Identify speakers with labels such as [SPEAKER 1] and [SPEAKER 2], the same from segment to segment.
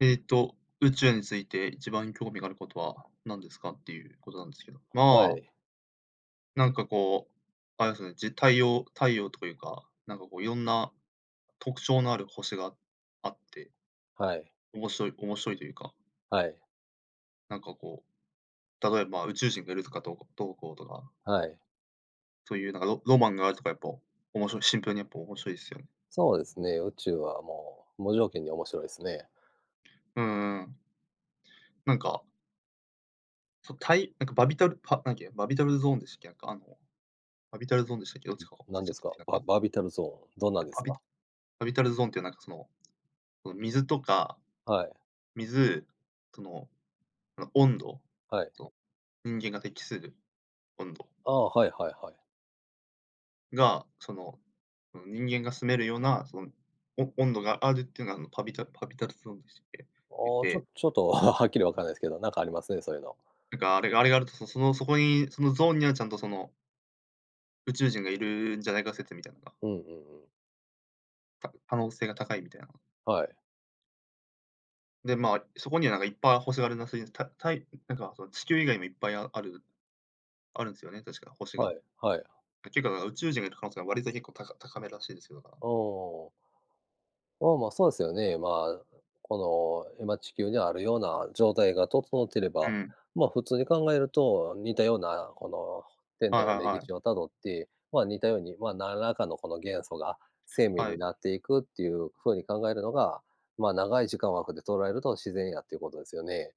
[SPEAKER 1] えっと、宇宙について一番興味があることは何ですかっていうことなんですけど、
[SPEAKER 2] は
[SPEAKER 1] まあ、
[SPEAKER 2] い。
[SPEAKER 1] なんかこう、あれですね、じ太陽太陽というか、なんかこういろんな特徴のある星があって、
[SPEAKER 2] はい。
[SPEAKER 1] 面白いというか、
[SPEAKER 2] はい。
[SPEAKER 1] なんかこう、例えば宇宙人がいるとかどうこうどうこうとか、
[SPEAKER 2] はい。
[SPEAKER 1] そういうなんかロマンがあるとかやっぱ面白いシンプルにやっぱ面白いですよね。
[SPEAKER 2] そうですね、宇宙はもう無条件に面白いですね。
[SPEAKER 1] うんうん。なんか、そうなんかバビタルパなんだっけ、バビタルゾーンでしたっけ？なんかあの、バビタルゾーンでしたっけ？どっちか忘れ
[SPEAKER 2] 何
[SPEAKER 1] ち
[SPEAKER 2] で
[SPEAKER 1] ゃっ
[SPEAKER 2] す
[SPEAKER 1] たんです
[SPEAKER 2] か？
[SPEAKER 1] けど、な
[SPEAKER 2] バ
[SPEAKER 1] んか、
[SPEAKER 2] バービタルゾーン、どんなんで
[SPEAKER 1] バ
[SPEAKER 2] す
[SPEAKER 1] ビ
[SPEAKER 2] か？
[SPEAKER 1] ハビタルゾーンってなんかその、その水とか、
[SPEAKER 2] はい。
[SPEAKER 1] 水、その、あの、温度、
[SPEAKER 2] はい。
[SPEAKER 1] そう、人間が適する温度
[SPEAKER 2] ああ、はいはいはい。
[SPEAKER 1] が、その、その人間が住めるような、その、温度があるっていうのが、あの、パビタルゾーンでしたっけ？
[SPEAKER 2] あ
[SPEAKER 1] 言っ
[SPEAKER 2] あ、ち
[SPEAKER 1] て、
[SPEAKER 2] ょちょっと はっきりわかんないですけど、なんかありますね、そういうの。
[SPEAKER 1] なんかあれがあると、その、そこに、そのゾーンにはちゃんとその、宇宙人がいるんじゃないか説みたいなのが、
[SPEAKER 2] うんうんうん。
[SPEAKER 1] 可能性が高いみたいな。
[SPEAKER 2] はい。
[SPEAKER 1] で、まあ、そこにはなんかいっぱい星があるらしいんです。たたいなんかその地球以外もいっぱいああるあるんですよね、確か星
[SPEAKER 2] は
[SPEAKER 1] が。
[SPEAKER 2] い。はい。
[SPEAKER 1] ていうか、宇宙人がいる可能性が割と結構高めらしいですよ、だか
[SPEAKER 2] ああ。まあまあ、そうですよね。まあ、この、今地球にあるような状態が整っていれ
[SPEAKER 1] ら。う
[SPEAKER 2] ば、
[SPEAKER 1] ん。
[SPEAKER 2] まあ、普通に考えると、似たような、この、天
[SPEAKER 1] は
[SPEAKER 2] 体
[SPEAKER 1] いは
[SPEAKER 2] の
[SPEAKER 1] い
[SPEAKER 2] 歴
[SPEAKER 1] は
[SPEAKER 2] 史をたどって、まあ、似たように、まあ、何らかのこの元素が生
[SPEAKER 1] い。
[SPEAKER 2] 命
[SPEAKER 1] は
[SPEAKER 2] に
[SPEAKER 1] い。
[SPEAKER 2] なっていくっていう風に考えるのが、まあ、長い時間枠で捉えると自然やっていうことですよね。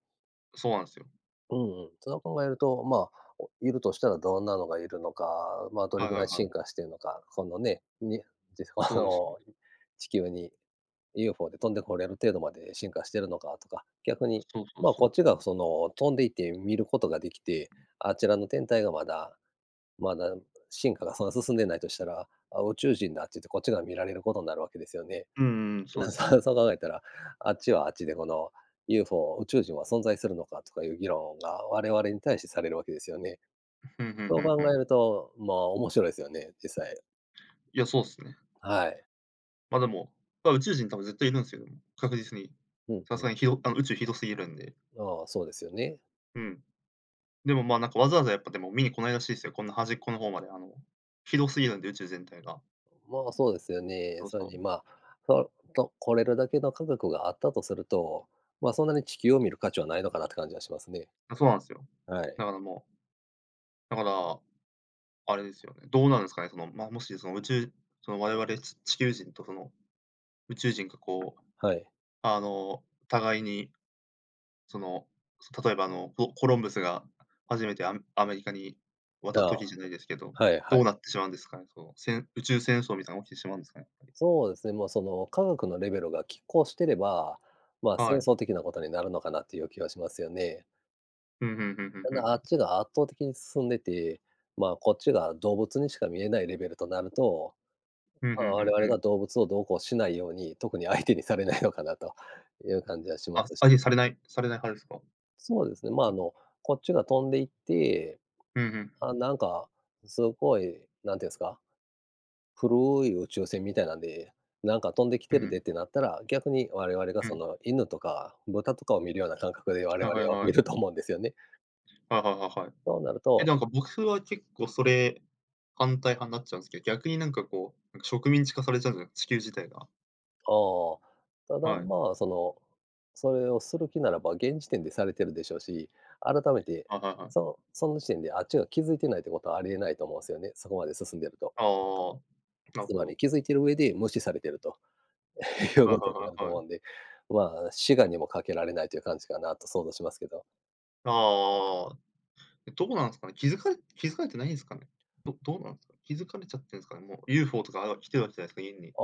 [SPEAKER 1] そうなんですよ。
[SPEAKER 2] うんうん。そう考えると、まあ、おいるとしたらどんなのがいるのか、まあ、ど
[SPEAKER 1] は
[SPEAKER 2] れ
[SPEAKER 1] い
[SPEAKER 2] ぐ
[SPEAKER 1] は
[SPEAKER 2] ら
[SPEAKER 1] い
[SPEAKER 2] い
[SPEAKER 1] は
[SPEAKER 2] 進
[SPEAKER 1] い。
[SPEAKER 2] 化しているのか、このね、に あ
[SPEAKER 1] そうですね。
[SPEAKER 2] の、地球に UFO で飛んでこれる程度まで進化してるのかとか、逆に、
[SPEAKER 1] そうそう
[SPEAKER 2] まあ、
[SPEAKER 1] そ
[SPEAKER 2] こっ
[SPEAKER 1] う。
[SPEAKER 2] ちがその飛んでいって見ることができて、あちらの天体がまだ進化がそんな進んでないとしたら、あ、宇宙人だって言ってこっちが見られることになるわけですよね。
[SPEAKER 1] うんうん、そうです
[SPEAKER 2] そ
[SPEAKER 1] ね。
[SPEAKER 2] うそう考えたら、あっちはあっちでこの UFO、宇宙人は存在するのかとかいう議論が我々に対してされるわけですよね。
[SPEAKER 1] ふんふん
[SPEAKER 2] そ
[SPEAKER 1] ふ
[SPEAKER 2] う
[SPEAKER 1] んふ
[SPEAKER 2] 考え
[SPEAKER 1] ん。
[SPEAKER 2] ると、まあ、面白いですよね、実際。
[SPEAKER 1] いや、そうっすね。
[SPEAKER 2] はい。
[SPEAKER 1] ま、でも、宇宙人多分絶対いるんすよ、でも、確実に。
[SPEAKER 2] うん
[SPEAKER 1] さ
[SPEAKER 2] う
[SPEAKER 1] すが
[SPEAKER 2] ん。
[SPEAKER 1] にひどあの、宇宙広すぎるんで。
[SPEAKER 2] ああ、そうですよね。
[SPEAKER 1] うん。でも、ま、なんかわざわざやっぱでも見に来ないらしいすよ、こんな端っこの方まで、あの、広すぎるんで、宇宙全体が。
[SPEAKER 2] まあ、そうですよね。
[SPEAKER 1] そう
[SPEAKER 2] それ
[SPEAKER 1] そ
[SPEAKER 2] に、まあ、これるだけの科学があったとすると、まあ、そんなに地球を見る価値はないのかなって感じはしますね。
[SPEAKER 1] う。そうなんすよ。
[SPEAKER 2] はい。
[SPEAKER 1] だからもだからあれですよね、どうなんですかね、その、まあ、もしその我々地球人とその宇宙人がこう、
[SPEAKER 2] はい。
[SPEAKER 1] あの、互いにその、例えばあの、コロンブスが初めてアメリカに
[SPEAKER 2] あ
[SPEAKER 1] 渡った
[SPEAKER 2] あ、
[SPEAKER 1] 時じゃないですけど、
[SPEAKER 2] はいは
[SPEAKER 1] ど
[SPEAKER 2] い。
[SPEAKER 1] うなってしまうんですかね、その、宇宙戦争みたいなのが起きてしまうんですかね、やっぱり。
[SPEAKER 2] そうですね、もう、その、科学のレベルが拮抗してれば、まあ、
[SPEAKER 1] は
[SPEAKER 2] 戦
[SPEAKER 1] い。
[SPEAKER 2] 争的なことになるのかなっていう気はしますよね。
[SPEAKER 1] うんうんうんうん
[SPEAKER 2] た
[SPEAKER 1] うん
[SPEAKER 2] だ、
[SPEAKER 1] う
[SPEAKER 2] あ
[SPEAKER 1] ん。
[SPEAKER 2] っちが圧倒的に進んでて、まあ、こっちが動物にしか見えないレベルとなると、
[SPEAKER 1] うんうんう
[SPEAKER 2] まあ、
[SPEAKER 1] ん
[SPEAKER 2] 我々
[SPEAKER 1] うん。
[SPEAKER 2] が動物をどうこうしないように、特に相手にされないのかなという感じはしま
[SPEAKER 1] あ、
[SPEAKER 2] す。
[SPEAKER 1] 相手にされないされない派ですか？
[SPEAKER 2] そうですね、まあ、あの、こっちが飛んでいって、
[SPEAKER 1] うんうん。
[SPEAKER 2] あ、なんか、すごい、なんていうんですか、古い宇宙船みたいなんで、なんか飛んでき
[SPEAKER 1] う
[SPEAKER 2] て
[SPEAKER 1] んう
[SPEAKER 2] るでっ
[SPEAKER 1] ん。
[SPEAKER 2] てなったら、逆に我々が
[SPEAKER 1] う
[SPEAKER 2] そ
[SPEAKER 1] ん。
[SPEAKER 2] の犬とか豚とかを見るような感覚で我
[SPEAKER 1] はい
[SPEAKER 2] 々
[SPEAKER 1] はい
[SPEAKER 2] を見
[SPEAKER 1] は
[SPEAKER 2] る
[SPEAKER 1] い。
[SPEAKER 2] と思うんですよね。
[SPEAKER 1] はいはいはいはい。
[SPEAKER 2] そうなる
[SPEAKER 1] え、
[SPEAKER 2] と、
[SPEAKER 1] なんか僕は結構それ、反対派になっちゃうんですけど、逆になんかこう、なんか植民地化されちゃうんじゃない地球自体が。
[SPEAKER 2] ああ、ただ、
[SPEAKER 1] はい。
[SPEAKER 2] まあ、その、それをする気ならば、現時点でされてるでしょうし、改めて、
[SPEAKER 1] はいはいはい。
[SPEAKER 2] その時点であっちが気づいてないってことはありえないと思うんですよね、そこまで進んでると。
[SPEAKER 1] ああ、なる
[SPEAKER 2] つ
[SPEAKER 1] ほ
[SPEAKER 2] まり
[SPEAKER 1] ど。
[SPEAKER 2] 気づいてる上で無視されてると。いう
[SPEAKER 1] はい
[SPEAKER 2] こ
[SPEAKER 1] は
[SPEAKER 2] とになる
[SPEAKER 1] い
[SPEAKER 2] と
[SPEAKER 1] はいは
[SPEAKER 2] 思
[SPEAKER 1] い。
[SPEAKER 2] うんで、まあ、志願にもかけられないという感じかなと想像しますけど。
[SPEAKER 1] ああ、え、どうなんですかね、気づかれてないんですかね？どうなんですか？気づかれちゃってるんですかね？もう UFO とか、あ、来てるわけじゃないですか、現に、
[SPEAKER 2] ああ、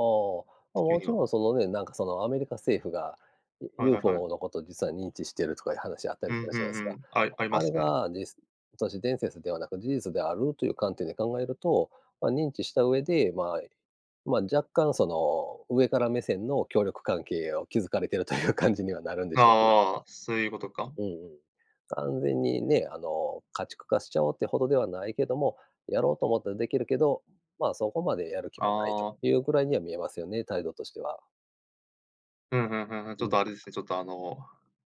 [SPEAKER 2] ま、
[SPEAKER 1] 地球
[SPEAKER 2] も
[SPEAKER 1] に
[SPEAKER 2] ち
[SPEAKER 1] は。
[SPEAKER 2] ろんそのね、なんかそのアメリカ政府が、
[SPEAKER 1] はいはいは
[SPEAKER 2] UFO
[SPEAKER 1] い。
[SPEAKER 2] のことを実は認知してるとかいう話あった
[SPEAKER 1] う
[SPEAKER 2] り
[SPEAKER 1] ん
[SPEAKER 2] する
[SPEAKER 1] う
[SPEAKER 2] じゃない
[SPEAKER 1] ん
[SPEAKER 2] で
[SPEAKER 1] う
[SPEAKER 2] すか。
[SPEAKER 1] ん。あありま
[SPEAKER 2] あれ
[SPEAKER 1] すね。
[SPEAKER 2] がじ都市伝説ではなく事実であるという観点で考えると、ま、認知した上で、まあ、ま、若干その上から目線の協力関係を築かれているという感じにはなるんでしょうけど。
[SPEAKER 1] ああ、そういうことか。
[SPEAKER 2] うんうん。完全にね、あの、家畜化しちゃおうってほどではないけども、やろうと思ったらできるけど、まあ、そこまでやる気
[SPEAKER 1] あ
[SPEAKER 2] もないと
[SPEAKER 1] あ、
[SPEAKER 2] いうぐらいには見えますよね、態度としては。
[SPEAKER 1] うん、うんうんうん。ち
[SPEAKER 2] う
[SPEAKER 1] ょっと
[SPEAKER 2] ん。
[SPEAKER 1] あれですね、ちょっとあの、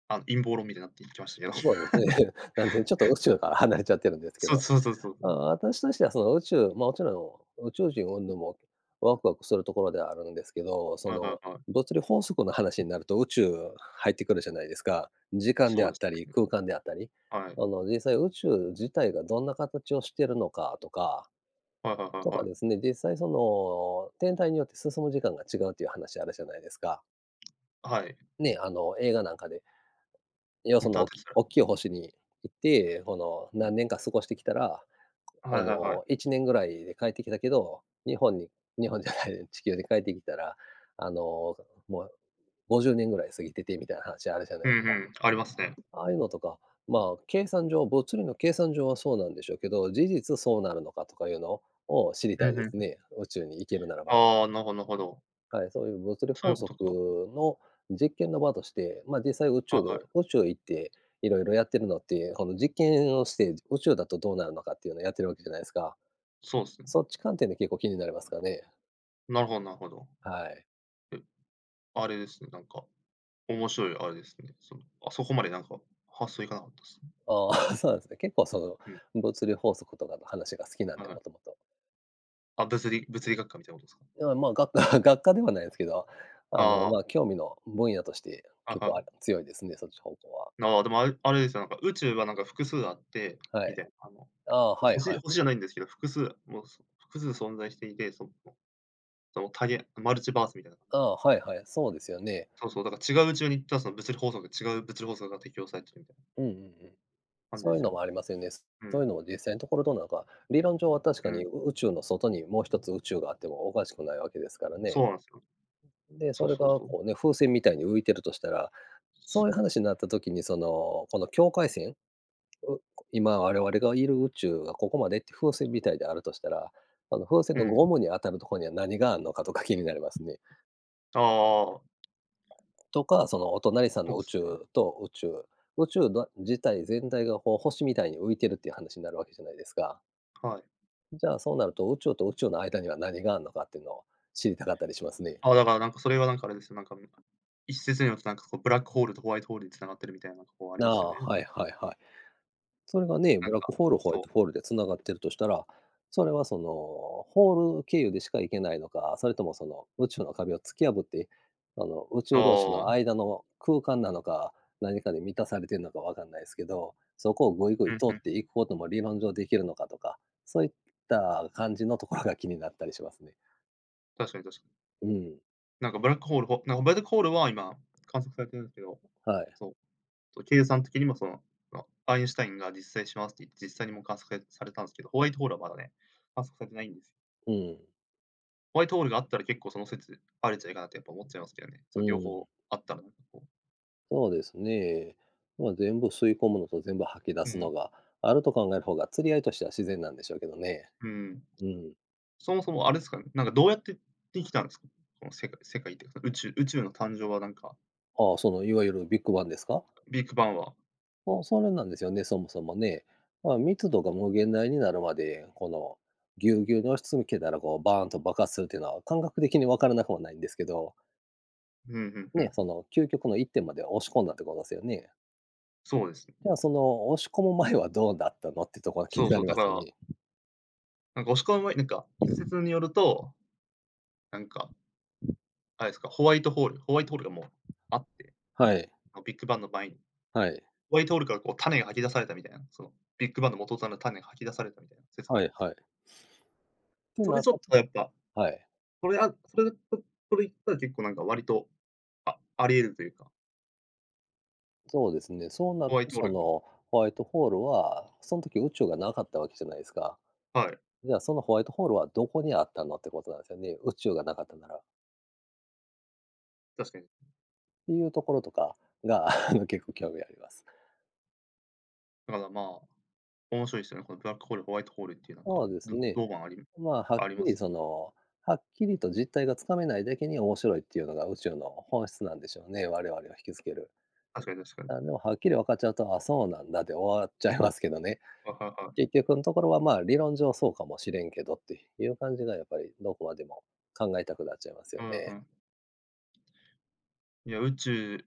[SPEAKER 1] あの、陰謀論みたいになっていきましたけど。
[SPEAKER 2] そうで すね。なんでちょっと宇宙から離れちゃってるんですけ
[SPEAKER 1] そ
[SPEAKER 2] ど。
[SPEAKER 1] うそうそうそう。
[SPEAKER 2] ああ、私としてはその宇宙まあ、もちろん宇宙人云々もワクワクするところではあるんですけど、そ
[SPEAKER 1] はいは
[SPEAKER 2] の
[SPEAKER 1] いはい。
[SPEAKER 2] 物理法則の話になると宇宙入ってくるじゃないですか。時間で
[SPEAKER 1] そう
[SPEAKER 2] あ
[SPEAKER 1] で
[SPEAKER 2] っ
[SPEAKER 1] す
[SPEAKER 2] たり、
[SPEAKER 1] ね。
[SPEAKER 2] 空間であったり。
[SPEAKER 1] はい。
[SPEAKER 2] あの実際宇宙自体がどんな形をしているのかとか、
[SPEAKER 1] はいはいは
[SPEAKER 2] と
[SPEAKER 1] い
[SPEAKER 2] か
[SPEAKER 1] は
[SPEAKER 2] です
[SPEAKER 1] い。
[SPEAKER 2] ね、実際その天体によって進む時間が違うっていう話あるじゃないですか。
[SPEAKER 1] はい。
[SPEAKER 2] ね、あの映画なんかで、要は
[SPEAKER 1] イ
[SPEAKER 2] そ
[SPEAKER 1] ンタ
[SPEAKER 2] の
[SPEAKER 1] ーテイス
[SPEAKER 2] おっきい星に行って、この何年か過ごしてきたら、
[SPEAKER 1] ラは
[SPEAKER 2] あ
[SPEAKER 1] いはいはい。
[SPEAKER 2] の、1年ぐらいで帰ってきたけど、日本に 日本じゃない、地球に帰ってきたら、あの、もう50年ぐらい過ぎててみたいな話あるじゃな
[SPEAKER 1] う
[SPEAKER 2] い
[SPEAKER 1] ん
[SPEAKER 2] です
[SPEAKER 1] う
[SPEAKER 2] か。
[SPEAKER 1] ん、ありますね。
[SPEAKER 2] ああいうのとか、まあ、計算上物理の計算上はそうなんでしょうけど、事実そうなるのかとかいうのを知りた
[SPEAKER 1] う
[SPEAKER 2] い
[SPEAKER 1] ん
[SPEAKER 2] で
[SPEAKER 1] う
[SPEAKER 2] す
[SPEAKER 1] ん。
[SPEAKER 2] ね、宇宙に行けるならば。
[SPEAKER 1] ああ、なるほどなるほど。
[SPEAKER 2] はい、そういう物理
[SPEAKER 1] そうい
[SPEAKER 2] 法
[SPEAKER 1] うこ
[SPEAKER 2] 則
[SPEAKER 1] とか。
[SPEAKER 2] の実験の場として、まあ、実際宇
[SPEAKER 1] は
[SPEAKER 2] 宙で
[SPEAKER 1] いはい。
[SPEAKER 2] 宇宙行っていろいろやってるのって、この実験をして、宇宙だとどうなるのかっていうのをやってるわけじゃないですか。
[SPEAKER 1] そうですね。
[SPEAKER 2] そっち観点で結構気になりますかね。
[SPEAKER 1] なるほどなるほど。
[SPEAKER 2] はい。
[SPEAKER 1] え、あれですね、なんか、面白いあれですね。その、あそこまでなんか、発想いかなかったですね。
[SPEAKER 2] ああ、そうなんですね。結構そ
[SPEAKER 1] うん。
[SPEAKER 2] の、物理法則とかの話が好きなん
[SPEAKER 1] はい
[SPEAKER 2] で、
[SPEAKER 1] は
[SPEAKER 2] もと
[SPEAKER 1] い。
[SPEAKER 2] もと。
[SPEAKER 1] あ、物理学科みたいなことですか？
[SPEAKER 2] いや、まあ、学科 学科ではないですけど、あの、
[SPEAKER 1] あ
[SPEAKER 2] まあ、
[SPEAKER 1] あ、
[SPEAKER 2] 興味の分野として
[SPEAKER 1] はい
[SPEAKER 2] 結
[SPEAKER 1] は
[SPEAKER 2] 構あ
[SPEAKER 1] い。
[SPEAKER 2] 強いですね、そっち方向は。
[SPEAKER 1] ああ、でもあれですよ、なんか宇宙はなんか複数あって、
[SPEAKER 2] は
[SPEAKER 1] みた
[SPEAKER 2] い。
[SPEAKER 1] いな、あの、
[SPEAKER 2] ああ、はい
[SPEAKER 1] 星
[SPEAKER 2] はい。
[SPEAKER 1] 星じゃないんですけど、複数もう、複数存在していて、そのマルチバースみたいな感
[SPEAKER 2] あ
[SPEAKER 1] じで。
[SPEAKER 2] あ、はいはい。そうですよね。
[SPEAKER 1] そうそう、だから違う宇宙に行ったらその物理法則違う物理法則が適用されてるみたいな
[SPEAKER 2] うんうんうん。
[SPEAKER 1] 感じ
[SPEAKER 2] そ
[SPEAKER 1] で
[SPEAKER 2] ういう
[SPEAKER 1] すよ
[SPEAKER 2] の
[SPEAKER 1] ね。
[SPEAKER 2] もありますよね。
[SPEAKER 1] う
[SPEAKER 2] そういう
[SPEAKER 1] ん、
[SPEAKER 2] のも実際のところどうなのか、理論上は確
[SPEAKER 1] う
[SPEAKER 2] か
[SPEAKER 1] ん。
[SPEAKER 2] に宇宙の外にもう一つ宇宙があってもおかしくないわけですから
[SPEAKER 1] そ
[SPEAKER 2] ね。
[SPEAKER 1] うなんですよ。
[SPEAKER 2] で、
[SPEAKER 1] そ
[SPEAKER 2] そ
[SPEAKER 1] う
[SPEAKER 2] れ
[SPEAKER 1] そう
[SPEAKER 2] が
[SPEAKER 1] そう。
[SPEAKER 2] こうね、風船みたいに浮いてるとしたら、
[SPEAKER 1] そ
[SPEAKER 2] そういう話になった時に、その、この境界線、う今我々がいる宇宙がここまでって風船みたいであるとしたら、あの風船
[SPEAKER 1] う、う
[SPEAKER 2] の
[SPEAKER 1] ん。
[SPEAKER 2] ゴムに当たるところには何があるのかとか気になりますね。
[SPEAKER 1] ああ、
[SPEAKER 2] とか、そのお隣さんの
[SPEAKER 1] そうで
[SPEAKER 2] 宇
[SPEAKER 1] すね。
[SPEAKER 2] 宙と宇宙、宇宙の自体全体がこう星みたいに浮いてるっていう話になるわけじゃないですか。
[SPEAKER 1] はい。
[SPEAKER 2] じゃあそうなると宇宙と宇宙の間には何があるのかっていうのを知りたかったりしますね。
[SPEAKER 1] ああ、だからなんかそれはなんかあれですよ、なんか、一説によるとなんかこうブラックホールとホワイトホールに繋がってるみたいなあり
[SPEAKER 2] あ
[SPEAKER 1] ますよ
[SPEAKER 2] あ、
[SPEAKER 1] ね、なん
[SPEAKER 2] はい
[SPEAKER 1] か。
[SPEAKER 2] はいはい。それがね、
[SPEAKER 1] な
[SPEAKER 2] ブ
[SPEAKER 1] ん
[SPEAKER 2] ラッ
[SPEAKER 1] か、
[SPEAKER 2] クホール、ホワイ
[SPEAKER 1] そ
[SPEAKER 2] ト
[SPEAKER 1] う。
[SPEAKER 2] ホールで繋がってるとしたら、それはその、ホール経由でしか行けないのか、それともその宇宙の壁を突き破って、あの、宇
[SPEAKER 1] あ
[SPEAKER 2] 宙同士
[SPEAKER 1] あ、
[SPEAKER 2] の
[SPEAKER 1] う
[SPEAKER 2] 間の空間なのか、何かで満たされてるのかわかんないですけど、そこをぐいぐい
[SPEAKER 1] ん
[SPEAKER 2] 通
[SPEAKER 1] う
[SPEAKER 2] っ
[SPEAKER 1] ん。
[SPEAKER 2] ていくことも理論上できるのかとか、そういった感じのところが気になったりしますね。
[SPEAKER 1] 確かに確かに。
[SPEAKER 2] うん、
[SPEAKER 1] なんかブラックホールほなんかブラックホールは今観測されてるんですけど、
[SPEAKER 2] はい。
[SPEAKER 1] そう。と、計算的にもその、ま、アインシュタインが実際しますって言って、実際にもう観測されたんですけど、ホワイトホールはまだね、観測されてないんです。
[SPEAKER 2] うん、
[SPEAKER 1] ホワイトホールがあったら結構その説あるんじゃないかなってやっぱ思っちゃいますけどね。
[SPEAKER 2] う
[SPEAKER 1] そう、両方
[SPEAKER 2] ん。
[SPEAKER 1] あったらなんかこ
[SPEAKER 2] そうですね。まあ、全部吸い込むのと全部吐き出
[SPEAKER 1] う、う
[SPEAKER 2] す
[SPEAKER 1] ん、
[SPEAKER 2] のがあると考える方が釣り合いとしては自然なんでしょうけどね。
[SPEAKER 1] うん。
[SPEAKER 2] うん。
[SPEAKER 1] そもそもあれですかね、なんかどうやってできたんですか？この世界っていうか、宇宙の誕生はなんか、
[SPEAKER 2] ああ、そのいわゆるビッグバンですか。
[SPEAKER 1] ビッグバンは、
[SPEAKER 2] そうそれなんですよね、そもそもね。まあ、密度が無限大になるまで、このぎゅうぎゅうに押し詰めてたらこうバーンと爆発するっていうのは感覚的に分からなくもないんですけど、
[SPEAKER 1] うんうんう
[SPEAKER 2] ね、
[SPEAKER 1] ん。
[SPEAKER 2] その究極の一点まで押し込んだってことですよね。
[SPEAKER 1] そうですね。
[SPEAKER 2] じゃあその押し込む前はどうだったのってところが気
[SPEAKER 1] そ
[SPEAKER 2] に
[SPEAKER 1] う
[SPEAKER 2] な
[SPEAKER 1] そう、
[SPEAKER 2] り
[SPEAKER 1] だ
[SPEAKER 2] ま
[SPEAKER 1] か
[SPEAKER 2] すよ
[SPEAKER 1] ら、
[SPEAKER 2] ね。
[SPEAKER 1] なんか押し込み前なんか一説によると、なんか、あれですか、ホワイトホールがもうあって、
[SPEAKER 2] はい、
[SPEAKER 1] まあのビッグバンの前に
[SPEAKER 2] はい、
[SPEAKER 1] ホワイトホールからこう種が吐き出されたみたいな、そのビッグバンの元となる種が吐き出されたみたいな説があ
[SPEAKER 2] は
[SPEAKER 1] る
[SPEAKER 2] い、
[SPEAKER 1] んです
[SPEAKER 2] は
[SPEAKER 1] よ。
[SPEAKER 2] い。って
[SPEAKER 1] そ
[SPEAKER 2] な
[SPEAKER 1] れ
[SPEAKER 2] っ
[SPEAKER 1] ちょ
[SPEAKER 2] た
[SPEAKER 1] っ
[SPEAKER 2] と、
[SPEAKER 1] とやっぱ、
[SPEAKER 2] はい。
[SPEAKER 1] それあそれ、そそれ言ったら結構なんか割と、あり得るというか、
[SPEAKER 2] そうですね。そうな
[SPEAKER 1] ホ
[SPEAKER 2] る
[SPEAKER 1] ワイ
[SPEAKER 2] と、
[SPEAKER 1] トホー
[SPEAKER 2] そ
[SPEAKER 1] ル
[SPEAKER 2] の、ホワイトホールは、その時宇宙がなかったわけじゃないですか。
[SPEAKER 1] はい、
[SPEAKER 2] じゃあ、そのホワイトホールはどこにあったのってことなんですよね。宇宙がなかったなら。っ
[SPEAKER 1] 確かに。
[SPEAKER 2] ていうところとかが 結構興味あります。
[SPEAKER 1] だからまあ、面白いですよね。このブラックホール、ホワイトホールっていうなんか、
[SPEAKER 2] そうです
[SPEAKER 1] ど
[SPEAKER 2] ね。
[SPEAKER 1] ロマンあり
[SPEAKER 2] まあ、
[SPEAKER 1] あります。
[SPEAKER 2] はっきりと実態がつかめないだけに面白いっていうのが宇宙の本質なんでしょうね。我々を引きつける。
[SPEAKER 1] 確かに確か
[SPEAKER 2] あ、
[SPEAKER 1] に。
[SPEAKER 2] でもはっきり分かっちゃうと、あ、そうなんだで終わっちゃいますけどね。
[SPEAKER 1] はいはいはい。
[SPEAKER 2] 結局のところは、まあ、理論上そうかもしれんけどっていう感じがやっぱりどこまでも考えたくなっちゃいますよ
[SPEAKER 1] うんう
[SPEAKER 2] ね。
[SPEAKER 1] ん。いや、宇宙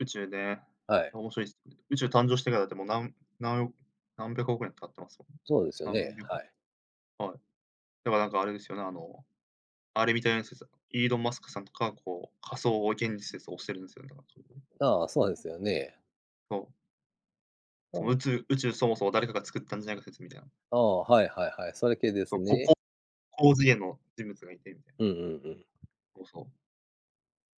[SPEAKER 1] 宇宙ね、
[SPEAKER 2] はい。
[SPEAKER 1] 面白いです。宇宙誕生してからだって、もうなんなんよ何百億年経ってますもんね。
[SPEAKER 2] そうですよ
[SPEAKER 1] 何
[SPEAKER 2] ね、
[SPEAKER 1] 百億。
[SPEAKER 2] はい。
[SPEAKER 1] はい。だからなんかあれですよね、あれみたいな説、イーロン・マスクさんとか、こう、仮想を現実説を推してるんですよね。だから
[SPEAKER 2] ああ、そうですよね。
[SPEAKER 1] そう。
[SPEAKER 2] う
[SPEAKER 1] その
[SPEAKER 2] ん。
[SPEAKER 1] 宇宙そもそも誰かが作ったんじゃないか説みたいな。
[SPEAKER 2] ああ、はいはいはい、それ系で
[SPEAKER 1] そ
[SPEAKER 2] す
[SPEAKER 1] う、
[SPEAKER 2] ね。
[SPEAKER 1] 高次元の人物がいてみたいな。
[SPEAKER 2] うんうんうん。
[SPEAKER 1] そうそう。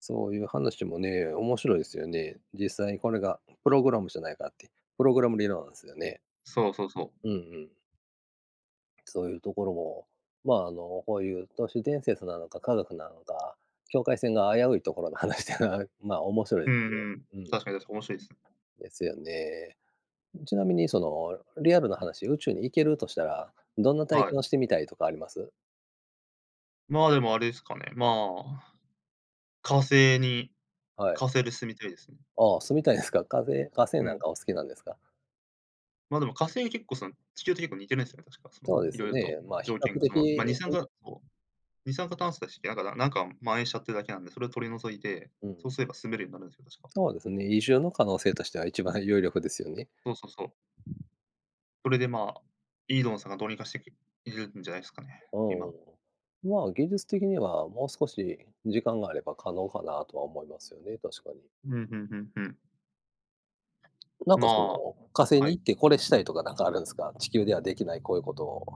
[SPEAKER 2] そういう話もね、面白いですよね。実際これがプログラムじゃないかって、プログラム理論なんですよね。
[SPEAKER 1] そうそうそう。
[SPEAKER 2] うんうん。そういうところも、まあ、こういう都市伝説なのか科学なのか、境界線が危ういところの話っていうのは、まあ、面白い
[SPEAKER 1] うん
[SPEAKER 2] ですよね。
[SPEAKER 1] うん。
[SPEAKER 2] うん。
[SPEAKER 1] 確かに確かに面白いですね。
[SPEAKER 2] ですよね。ちなみにその、リアルな話、宇宙に行けるとしたら、どんな体
[SPEAKER 1] はい。
[SPEAKER 2] 験をしてみたいとかあります？
[SPEAKER 1] まあ、でもあれですかね、まあ、火星に
[SPEAKER 2] は
[SPEAKER 1] 火
[SPEAKER 2] い。
[SPEAKER 1] 星で住みたいですね。
[SPEAKER 2] ああ、住みたいですか。火星
[SPEAKER 1] う
[SPEAKER 2] なん
[SPEAKER 1] ん。
[SPEAKER 2] かお好きなんですか？
[SPEAKER 1] ま、でも火星結構その、地球と結構似てるんですよね、確かその、
[SPEAKER 2] そうで
[SPEAKER 1] い
[SPEAKER 2] す
[SPEAKER 1] ろいろと
[SPEAKER 2] ね、まあ、比
[SPEAKER 1] 条件
[SPEAKER 2] 較
[SPEAKER 1] がその、ま、二
[SPEAKER 2] 的
[SPEAKER 1] 酸化そう。二酸化炭素だし、なんか蔓延しちゃってるだけなんで、それを取り除いて、
[SPEAKER 2] う
[SPEAKER 1] そ
[SPEAKER 2] ん、
[SPEAKER 1] うすれば住めるようになるんですよ、確か。
[SPEAKER 2] そうですね、移住の可能性としては一番有力ですよね。
[SPEAKER 1] そうそうそう。それで、まあ、イードンさんがどうにかしてきいるんじゃないですかね、今。
[SPEAKER 2] うん。まあ、技術的にはもう少し時間があれば可能かなとは思いますよね、確かに。
[SPEAKER 1] うん、ふんふんふん。
[SPEAKER 2] なんかその、
[SPEAKER 1] ま
[SPEAKER 2] 火星
[SPEAKER 1] あ、は
[SPEAKER 2] に
[SPEAKER 1] い。
[SPEAKER 2] 行ってこれしたいとかなんかあるんですか？地球ではできないこういうことを。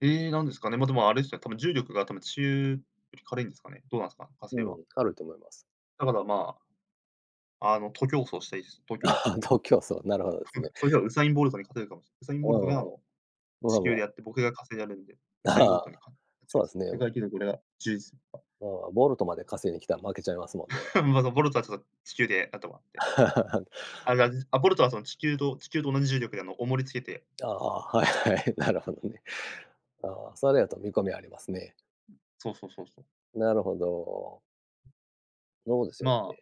[SPEAKER 1] ええ、なんですかね。ま、でもあれですよ、重力が多分地球より軽いんですかね。どうなんすか、火星
[SPEAKER 2] う
[SPEAKER 1] は。
[SPEAKER 2] ん、あると思います。
[SPEAKER 1] だから、まあ、徒競走したいです、徒競
[SPEAKER 2] あ、
[SPEAKER 1] 走。
[SPEAKER 2] 徒競争、なるほどですね。
[SPEAKER 1] それではウサイン・ボルトに勝てるかもしれウサイン・
[SPEAKER 2] う
[SPEAKER 1] ボルトが、
[SPEAKER 2] ん。ま
[SPEAKER 1] 地
[SPEAKER 2] あま
[SPEAKER 1] 球
[SPEAKER 2] あ、
[SPEAKER 1] でやって、僕が火星でやるんで、ウサイン・ボ
[SPEAKER 2] あ
[SPEAKER 1] ル
[SPEAKER 2] あ、
[SPEAKER 1] トに勝ち
[SPEAKER 2] そ
[SPEAKER 1] ま
[SPEAKER 2] うで
[SPEAKER 1] す。
[SPEAKER 2] すね。
[SPEAKER 1] 世界記録、俺が、じゅうじつ。
[SPEAKER 2] まあ、ボルトまで稼いに来たら負けちゃいますもんね。
[SPEAKER 1] まあ、そのボルトはちょっと地球で、あとって。あらあ、ボルトはその地球と同じ重力で重りつけて、
[SPEAKER 2] ああ、はいはい、なるほどね。ああ、それやと見込みありますね。
[SPEAKER 1] そうそうそうそう。
[SPEAKER 2] なるほど。そうですよ
[SPEAKER 1] ま
[SPEAKER 2] ね。
[SPEAKER 1] あ、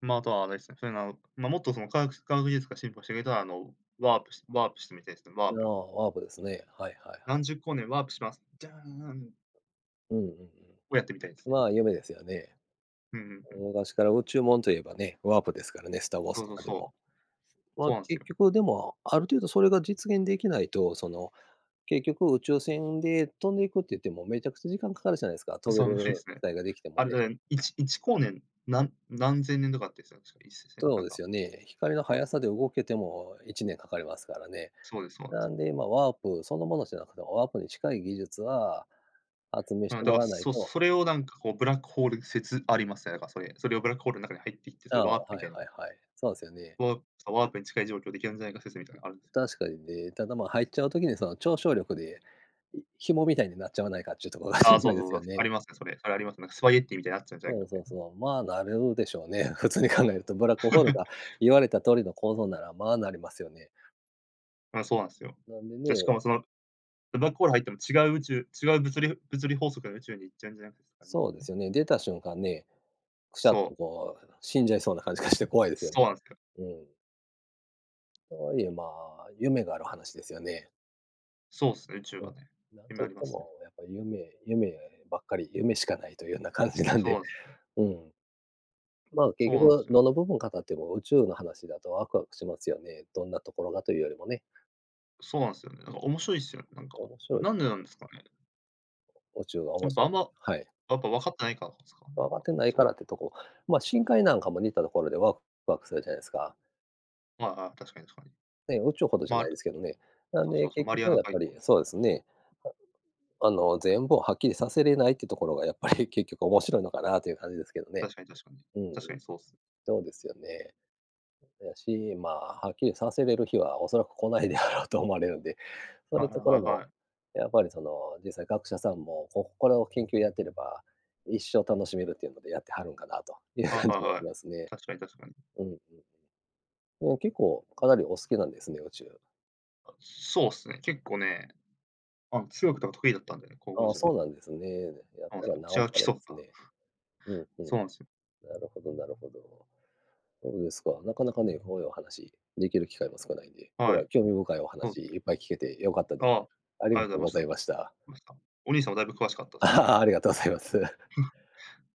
[SPEAKER 1] まあ、あとはあれですね。そういうのは、まあ、もっとその科学技術が進歩してくれたら、ワープしてみたいですね、ワー
[SPEAKER 2] あ
[SPEAKER 1] プ。
[SPEAKER 2] あ、ワープですね。はいはい。
[SPEAKER 1] 何十光年ワープします。じゃーん
[SPEAKER 2] うんうんう
[SPEAKER 1] を
[SPEAKER 2] ん。
[SPEAKER 1] やってみたいですね。
[SPEAKER 2] まあ、夢ですよね。
[SPEAKER 1] うんうんうん。
[SPEAKER 2] 昔から宇宙もんといえばね、ワープですからね、スター・ウォー
[SPEAKER 1] そ
[SPEAKER 2] ズ
[SPEAKER 1] う
[SPEAKER 2] と
[SPEAKER 1] そう
[SPEAKER 2] かで
[SPEAKER 1] そう。
[SPEAKER 2] も。ま
[SPEAKER 1] そ
[SPEAKER 2] あ、
[SPEAKER 1] うなんです
[SPEAKER 2] 結
[SPEAKER 1] よ。
[SPEAKER 2] 局でも、ある程度それが実現できないと、その、結局宇宙船で飛んでいくって言ってもめちゃくちゃ時間かかるじゃないですか。飛べ
[SPEAKER 1] そう、無理で
[SPEAKER 2] る
[SPEAKER 1] す
[SPEAKER 2] 機
[SPEAKER 1] ね。
[SPEAKER 2] 体ができても
[SPEAKER 1] あれ
[SPEAKER 2] ね。
[SPEAKER 1] だね、1- 光年何、なん何千年とかって言ってたんですか、一千。
[SPEAKER 2] そ
[SPEAKER 1] な
[SPEAKER 2] う
[SPEAKER 1] ん
[SPEAKER 2] で
[SPEAKER 1] か、
[SPEAKER 2] す
[SPEAKER 1] そ
[SPEAKER 2] よね。光の
[SPEAKER 1] うなん
[SPEAKER 2] 速
[SPEAKER 1] ですよ。
[SPEAKER 2] さで動けても1年かかりますからね。
[SPEAKER 1] そうです、そうなんです
[SPEAKER 2] な
[SPEAKER 1] よ。
[SPEAKER 2] んで、まあ、ワープそのものじゃなくても、ワープに近い技術は発明
[SPEAKER 1] う
[SPEAKER 2] し
[SPEAKER 1] ん、だ
[SPEAKER 2] ても
[SPEAKER 1] から、
[SPEAKER 2] らわないと、
[SPEAKER 1] それをなんかこうブラックホール説ありますね、だからそれ。それをブラックホールの中に入っていって、そ
[SPEAKER 2] あ
[SPEAKER 1] れ
[SPEAKER 2] あ、
[SPEAKER 1] ワープみ
[SPEAKER 2] はい
[SPEAKER 1] たいな、
[SPEAKER 2] はいはい。そうですよね。
[SPEAKER 1] ワープワープに近い状況できるんじゃないか説みたいなのがあるんですよ。
[SPEAKER 2] 確かにね。ただ、ま、入っちゃう時にその、超小力で、い紐みたいになっちゃわないかっていうところが
[SPEAKER 1] ああ、
[SPEAKER 2] 心
[SPEAKER 1] そう
[SPEAKER 2] 配で
[SPEAKER 1] そう
[SPEAKER 2] す
[SPEAKER 1] そう、
[SPEAKER 2] よ
[SPEAKER 1] あ
[SPEAKER 2] ね。
[SPEAKER 1] りますね、それ。それありますね。なんかスパゲッティみたいになっちゃうんじゃない
[SPEAKER 2] そ
[SPEAKER 1] か
[SPEAKER 2] う
[SPEAKER 1] みた
[SPEAKER 2] そう
[SPEAKER 1] い
[SPEAKER 2] そう。まあ、なるでしょうね。普通に考えると、ブラックホール
[SPEAKER 1] な。
[SPEAKER 2] が言われた通りの構造なら、まあ、なりますよね。
[SPEAKER 1] うん、そうなんですよ。
[SPEAKER 2] なんで
[SPEAKER 1] で、し
[SPEAKER 2] ね、
[SPEAKER 1] かもそのブラックホール入っても違う宇宙、違う物理法則の宇宙に行っちゃうんじゃないか説がありま
[SPEAKER 2] そうで
[SPEAKER 1] す。
[SPEAKER 2] すよね、出た瞬間ね、くしゃ
[SPEAKER 1] そ
[SPEAKER 2] っとこう死んじゃいそうな感じがして怖いで
[SPEAKER 1] う、
[SPEAKER 2] すよね。
[SPEAKER 1] そうなんですよ。
[SPEAKER 2] うん。とはいえ、まあ、夢がある話ですよね。
[SPEAKER 1] そうですね、宇宙
[SPEAKER 2] う
[SPEAKER 1] が
[SPEAKER 2] ん。
[SPEAKER 1] ね、
[SPEAKER 2] なん
[SPEAKER 1] 夢
[SPEAKER 2] と
[SPEAKER 1] あ
[SPEAKER 2] いっ
[SPEAKER 1] りま
[SPEAKER 2] て
[SPEAKER 1] すね。
[SPEAKER 2] もやっぱり夢ばっかり、夢しかないというような感じなん
[SPEAKER 1] そう
[SPEAKER 2] で、
[SPEAKER 1] なんですよ。
[SPEAKER 2] うん。まあ、
[SPEAKER 1] そ
[SPEAKER 2] 結
[SPEAKER 1] うなんで
[SPEAKER 2] 局
[SPEAKER 1] すよ。
[SPEAKER 2] どの部分語っても宇宙の話だとワクワクしますよね。どんなところがというよりもね。
[SPEAKER 1] そうなんですよね。なんか面白いっすよね、なんか。
[SPEAKER 2] 面白い
[SPEAKER 1] な
[SPEAKER 2] で
[SPEAKER 1] ん
[SPEAKER 2] す。
[SPEAKER 1] でなんですかね。
[SPEAKER 2] 宇宙が
[SPEAKER 1] や
[SPEAKER 2] 面
[SPEAKER 1] っぱ、
[SPEAKER 2] 白い、
[SPEAKER 1] やっ
[SPEAKER 2] はい。
[SPEAKER 1] ぱ分かってないからですか？やっ
[SPEAKER 2] 慌
[SPEAKER 1] ぱ、
[SPEAKER 2] てない
[SPEAKER 1] そ
[SPEAKER 2] か
[SPEAKER 1] う。
[SPEAKER 2] らってとこ、まあ、深海なんかも似たところでワクワクするじゃないですか。
[SPEAKER 1] ああああ、確かに確かに。
[SPEAKER 2] ね、宇宙ほどじゃ
[SPEAKER 1] ま
[SPEAKER 2] な
[SPEAKER 1] あ、
[SPEAKER 2] いですけどね。なん
[SPEAKER 1] そうそ
[SPEAKER 2] で、
[SPEAKER 1] うそう、
[SPEAKER 2] 結
[SPEAKER 1] マリ
[SPEAKER 2] 局
[SPEAKER 1] ア
[SPEAKER 2] は
[SPEAKER 1] ナ
[SPEAKER 2] やっ
[SPEAKER 1] 海
[SPEAKER 2] ぱ
[SPEAKER 1] 溝。
[SPEAKER 2] り、そうですね、全部をはっきりさせれないってところがやっぱり 結局面白いのかなという感じですけどね。
[SPEAKER 1] 確かに確かに。
[SPEAKER 2] うんう
[SPEAKER 1] 確か
[SPEAKER 2] ん。
[SPEAKER 1] にそうっす。
[SPEAKER 2] そうですよね。だし、まあ、はっきりさせれる日はおそらく来ないであろうと思われるんで、そう
[SPEAKER 1] は
[SPEAKER 2] い
[SPEAKER 1] い
[SPEAKER 2] うと
[SPEAKER 1] はい
[SPEAKER 2] こ
[SPEAKER 1] は
[SPEAKER 2] ろ
[SPEAKER 1] い
[SPEAKER 2] も、
[SPEAKER 1] はい。
[SPEAKER 2] やっぱりその、実際学者さんも、ここれを研究やってれば、一生楽しめるっていうのでやってはるんかなという
[SPEAKER 1] は
[SPEAKER 2] 感
[SPEAKER 1] いはい
[SPEAKER 2] じが
[SPEAKER 1] はい。
[SPEAKER 2] しますね。
[SPEAKER 1] 確かに確かに。
[SPEAKER 2] うん。うん、結構かなりお好きなんですね、宇宙。
[SPEAKER 1] あ、そうっすね、結構ね、数学とか得意だったんでね、高校
[SPEAKER 2] ああ、
[SPEAKER 1] 時
[SPEAKER 2] そ
[SPEAKER 1] 代。
[SPEAKER 2] うなんですね。やっ
[SPEAKER 1] そうなん
[SPEAKER 2] た
[SPEAKER 1] で
[SPEAKER 2] らな
[SPEAKER 1] すよ。
[SPEAKER 2] お
[SPEAKER 1] 違う基
[SPEAKER 2] さらで
[SPEAKER 1] 礎
[SPEAKER 2] す
[SPEAKER 1] か。
[SPEAKER 2] ね。うんうん。
[SPEAKER 1] そうなんですよ。
[SPEAKER 2] なるほどなるほど。そうですか。なかなかね、こういうお話できる機会も少ないんで、今
[SPEAKER 1] は
[SPEAKER 2] 日は
[SPEAKER 1] い、
[SPEAKER 2] 興味深いお
[SPEAKER 1] そうです
[SPEAKER 2] 話いっ
[SPEAKER 1] ね。
[SPEAKER 2] ぱい聞けて良かったで
[SPEAKER 1] あ
[SPEAKER 2] す。
[SPEAKER 1] あ、ありがと
[SPEAKER 2] あり
[SPEAKER 1] う
[SPEAKER 2] が
[SPEAKER 1] ござ
[SPEAKER 2] と
[SPEAKER 1] い
[SPEAKER 2] う
[SPEAKER 1] ま
[SPEAKER 2] ご
[SPEAKER 1] し
[SPEAKER 2] ざ
[SPEAKER 1] た。
[SPEAKER 2] いました。
[SPEAKER 1] ました。お兄さんもだいぶ詳しかったっ す。
[SPEAKER 2] ああ、ありがとうございます。